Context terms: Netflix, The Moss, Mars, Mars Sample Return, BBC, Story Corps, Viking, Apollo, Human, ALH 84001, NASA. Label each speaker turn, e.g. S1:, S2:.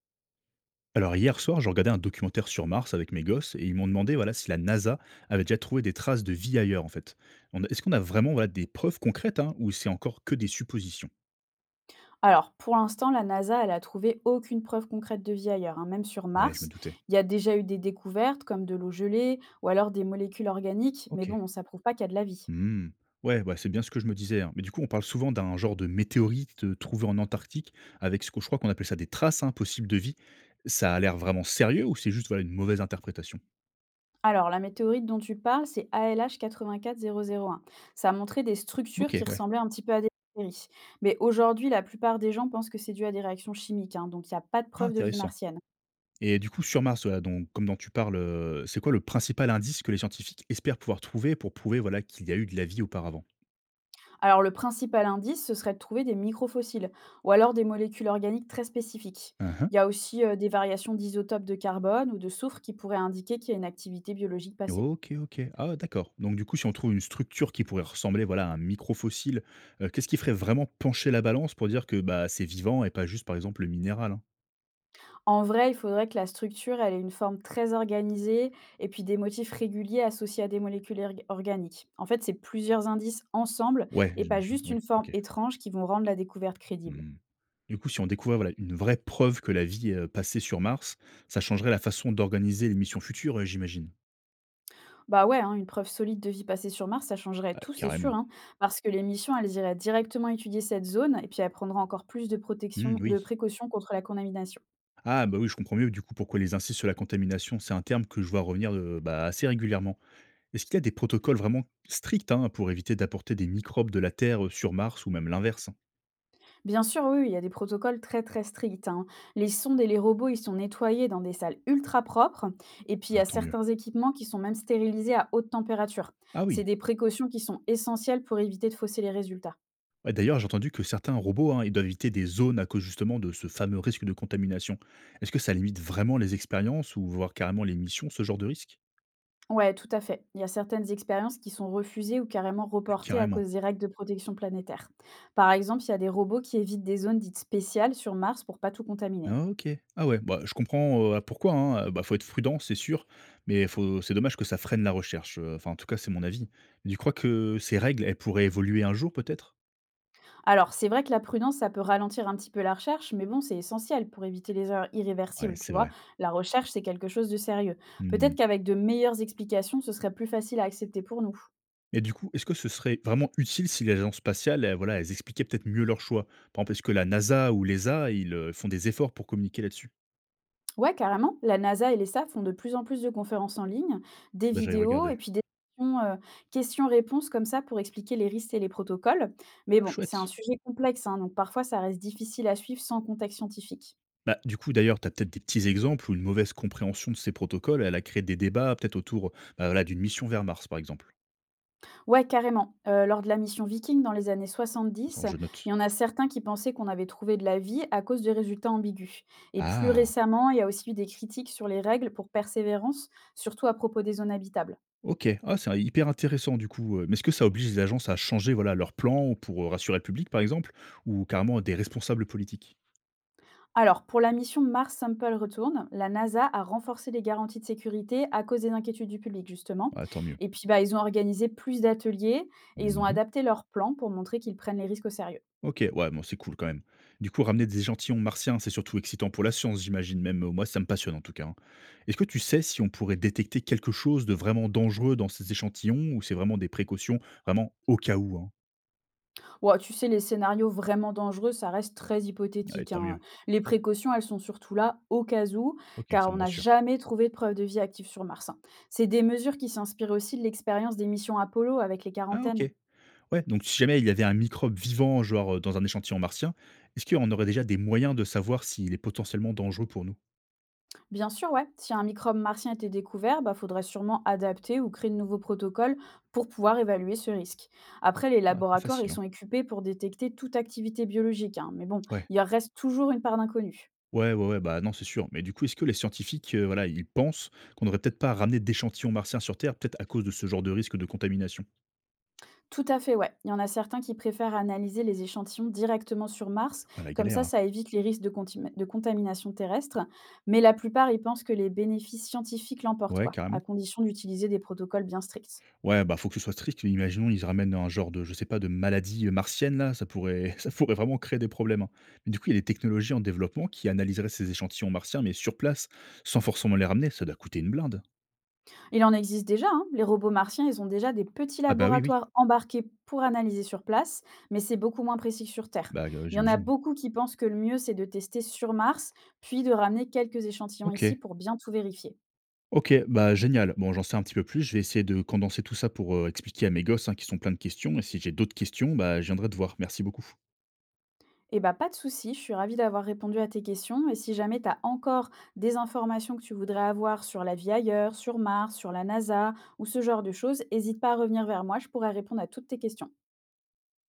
S1: Alors hier soir, je regardais un documentaire sur Mars avec mes gosses et ils m'ont demandé, voilà, si la NASA avait déjà trouvé des traces de vie ailleurs en fait. Est-ce qu'on a vraiment, voilà, des preuves concrètes, hein, ou c'est encore que des suppositions?
S2: Alors, pour l'instant, la NASA, elle a trouvé aucune preuve concrète de vie ailleurs, hein, même sur
S1: Ouais, je me
S2: Mars.
S1: doutais.
S2: Il y a déjà eu des découvertes comme de l'eau gelée ou alors des molécules organiques, mais
S1: Ok.
S2: bon, ça prouve pas qu'il y a de la vie.
S1: Hmm. Ouais, ouais, c'est bien ce que je me disais, hein. Mais du coup, on parle souvent d'un genre de météorite trouvé en Antarctique avec ce que je crois qu'on appelle ça des traces, hein, possibles de vie. Ça a l'air vraiment sérieux ou c'est juste, voilà, une mauvaise interprétation?
S2: Alors, la météorite dont tu parles, c'est ALH 84001. Ça a montré des structures
S1: Ok,
S2: qui
S1: ouais.
S2: ressemblaient un petit peu à des bactéries. Mais aujourd'hui, la plupart des gens pensent que c'est dû à des réactions chimiques, hein, donc il n'y a pas de
S1: Ah,
S2: preuve de vie
S1: intéressant.
S2: martienne.
S1: Et du coup, sur Mars, voilà, donc, comme dont tu parles, c'est quoi le principal indice que les scientifiques espèrent pouvoir trouver pour prouver, voilà, qu'il y a eu de la vie auparavant?
S2: Alors le principal indice, ce serait de trouver des microfossiles ou alors des molécules organiques très spécifiques.
S1: Hein, hein.
S2: Il y a aussi des variations d'isotopes de carbone ou de soufre qui pourraient indiquer qu'il y a une activité biologique passée.
S1: OK, OK. Ah d'accord. Donc du coup, si on trouve une structure qui pourrait ressembler, voilà, à un microfossile, qu'est-ce qui ferait vraiment pencher la balance pour dire que, bah, c'est vivant et pas juste, par exemple, le minéral, hein?
S2: En vrai, il faudrait que la structure elle, ait une forme très organisée et puis des motifs réguliers associés à des molécules organiques. En fait, c'est plusieurs indices ensemble
S1: Ouais,
S2: et pas
S1: j'imagine,
S2: juste une
S1: oui,
S2: forme
S1: OK.
S2: étrange qui vont rendre la découverte crédible.
S1: Mmh. Du coup, si on découvrait, voilà, une vraie preuve que la vie, passée sur Mars, ça changerait la façon d'organiser les missions futures, j'imagine?
S2: Bah, ouais, hein, une preuve solide de vie passée sur Mars, ça changerait
S1: Ah,
S2: tout, c'est sûr,
S1: carrément.
S2: hein, parce que les missions, elles iraient directement étudier cette zone et puis elles prendraient encore plus de
S1: Mmh,
S2: protection, de
S1: oui.
S2: précautions contre la contamination.
S1: Ah bah oui, je comprends mieux du coup pourquoi les insistent sur la contamination. C'est un terme que je vois revenir de, bah, assez régulièrement. Est-ce qu'il y a des protocoles vraiment stricts, hein, pour éviter d'apporter des microbes de la Terre sur Mars ou même l'inverse, hein?
S2: Bien sûr, oui, oui, il y a des protocoles très très stricts, hein. Les sondes et les robots, ils sont nettoyés dans des salles ultra propres et puis il y
S1: Ah,
S2: a
S1: tant mieux.
S2: certains équipements qui sont même stérilisés à haute température.
S1: Ah
S2: C'est
S1: oui.
S2: des précautions qui sont essentielles pour éviter de fausser les résultats.
S1: Ouais, d'ailleurs, j'ai entendu que certains robots, hein, ils doivent éviter des zones à cause justement de ce fameux risque de contamination. Est-ce que ça limite vraiment les expériences ou voire carrément les missions, ce genre de risque?
S2: Ouais, tout à fait. Il y a certaines expériences qui sont refusées ou carrément reportées à
S1: Carrément.
S2: cause des règles de protection planétaire. Par exemple, il y a des robots qui évitent des zones dites spéciales sur Mars pour pas tout contaminer.
S1: Ah OK. Ah ouais, bah, je comprends, pourquoi, hein, bah, faut être prudent, c'est sûr, mais faut c'est dommage que ça freine la recherche, enfin, en tout cas, c'est mon avis. Tu crois que ces règles, elles pourraient évoluer un jour, peut-être?
S2: Alors, c'est vrai que la prudence, ça peut ralentir un petit peu la recherche, mais bon, c'est essentiel pour éviter les erreurs
S1: Ouais,
S2: irréversibles, tu
S1: c'est
S2: vois.
S1: vrai.
S2: La recherche, c'est quelque chose de sérieux. Peut-être
S1: Mmh.
S2: qu'avec de meilleures explications, ce serait plus facile à accepter pour nous.
S1: Et du coup, est-ce que ce serait vraiment utile si les agences spatiales, voilà, elles expliquaient peut-être mieux leur choix? Par exemple, est-ce que la NASA ou l'ESA, ils, font des efforts pour communiquer là-dessus?
S2: Ouais, carrément. La NASA et l'ESA font de plus en plus de conférences en ligne, des
S1: Faudrait que j'aille
S2: vidéos
S1: regarder.
S2: et puis des questions, euh, questions-réponses comme ça pour expliquer les risques et les protocoles. Mais
S1: Ah
S2: bon, c'est un
S1: chouette!
S2: sujet complexe, hein, donc parfois ça reste difficile à suivre sans contexte scientifique.
S1: Bah, du coup, d'ailleurs, tu as peut-être des petits exemples où une mauvaise compréhension de ces protocoles, elle a créé des débats peut-être autour, bah, voilà, d'une mission vers Mars, par exemple?
S2: Ouais, carrément. Lors de la mission Viking dans les années
S1: Attends,
S2: 70,
S1: je note.
S2: il y en a certains qui pensaient qu'on avait trouvé de la vie à cause de résultats ambigus. Et plus
S1: Ah!
S2: récemment, il y a aussi eu des critiques sur les règles pour persévérance, surtout à propos des zones habitables.
S1: OK. Ah, c'est hyper intéressant du coup, mais est-ce que ça oblige les agences à changer, voilà, leur plan pour, rassurer le public par exemple? Ou carrément des responsables politiques?
S2: Alors, pour la mission Mars Sample Return, la NASA a renforcé les garanties de sécurité à cause des inquiétudes du public, justement.
S1: Ah, tant mieux.
S2: Et puis, bah, ils ont organisé plus d'ateliers et ils ont
S1: Mmh.
S2: adapté leurs plans pour montrer qu'ils prennent les risques au sérieux.
S1: OK, ouais, bon, c'est cool quand même. Du coup, ramener des échantillons martiens, c'est surtout excitant pour la science, j'imagine, même, moi ça me passionne en tout cas, hein. Est-ce que tu sais si on pourrait détecter quelque chose de vraiment dangereux dans ces échantillons ou c'est vraiment des précautions, vraiment au cas où, hein?
S2: Ouais, tu sais, les scénarios vraiment dangereux, ça reste très
S1: Allez,
S2: hypothétique,
S1: tant mieux.
S2: hein. Les précautions, elles sont surtout là au cas où,
S1: OK,
S2: car
S1: ça
S2: on
S1: me
S2: n'a
S1: rassure.
S2: jamais trouvé de preuve de vie active sur Mars, hein. C'est des mesures qui s'inspirent aussi de l'expérience des missions Apollo avec les
S1: Ah OK.
S2: quarantaines.
S1: Ouais, donc si jamais il y avait un microbe vivant, genre, dans un échantillon martien, est-ce qu'on aurait déjà des moyens de savoir s'il est potentiellement dangereux pour nous?
S2: Bien sûr, ouais. Si un microbe martien était découvert, bah, faudrait sûrement adapter ou créer de nouveaux protocoles pour pouvoir évaluer ce risque. Après, les
S1: Ah, pas
S2: laboratoires, ils
S1: facile, hein.
S2: sont équipés pour détecter toute activité biologique, hein, mais bon,
S1: Ouais.
S2: il en reste toujours une part d'inconnu.
S1: Ouais, ouais, ouais, bah, non, c'est sûr. Mais du coup, est-ce que les scientifiques, voilà, ils pensent qu'on aurait peut-être pas ramené d'échantillons martiens sur Terre, peut-être à cause de ce genre de risque de contamination?
S2: Tout à fait, ouais. Il y en a certains qui préfèrent analyser les échantillons directement sur Mars,
S1: Ah la
S2: comme
S1: galère,
S2: ça,
S1: hein.
S2: ça évite les risques de contamination terrestre. Mais la plupart, ils pensent que les bénéfices scientifiques l'emportent,
S1: Ouais,
S2: quoi, à
S1: carrément.
S2: condition d'utiliser des protocoles bien stricts.
S1: Ouais, bah, faut que ce soit strict. Imaginons, ils ramènent un genre de, je sais pas, de maladie, martienne là, ça pourrait ça pourrait vraiment créer des problèmes, hein. Mais du coup, il y a des technologies en développement qui analyseraient ces échantillons martiens, mais sur place, sans forcément les ramener, ça doit coûter une blinde.
S2: Il en existe déjà, hein. Les robots martiens, ils ont déjà des petits
S1: Ah bah, oui, oui.
S2: laboratoires embarqués pour analyser sur place, mais c'est beaucoup moins précis que sur Terre.
S1: Bah,
S2: Il y en a
S1: j'imagine.
S2: beaucoup qui pensent que le mieux, c'est de tester sur Mars, puis de ramener quelques échantillons ici
S1: OK.
S2: pour bien tout vérifier.
S1: OK, bah, génial. Bon, j'en sais un petit peu plus, je vais essayer de condenser tout ça pour, expliquer à mes gosses, hein, qui sont pleins de questions et si j'ai d'autres questions, bah, je viendrai te voir. Merci beaucoup.
S2: Eh bah, pas de souci, je suis ravie d'avoir répondu à tes questions. Et si jamais tu as encore des informations que tu voudrais avoir sur la vie ailleurs, sur Mars, sur la NASA ou ce genre de choses, n'hésite pas à revenir vers moi, je pourrais répondre à toutes tes questions.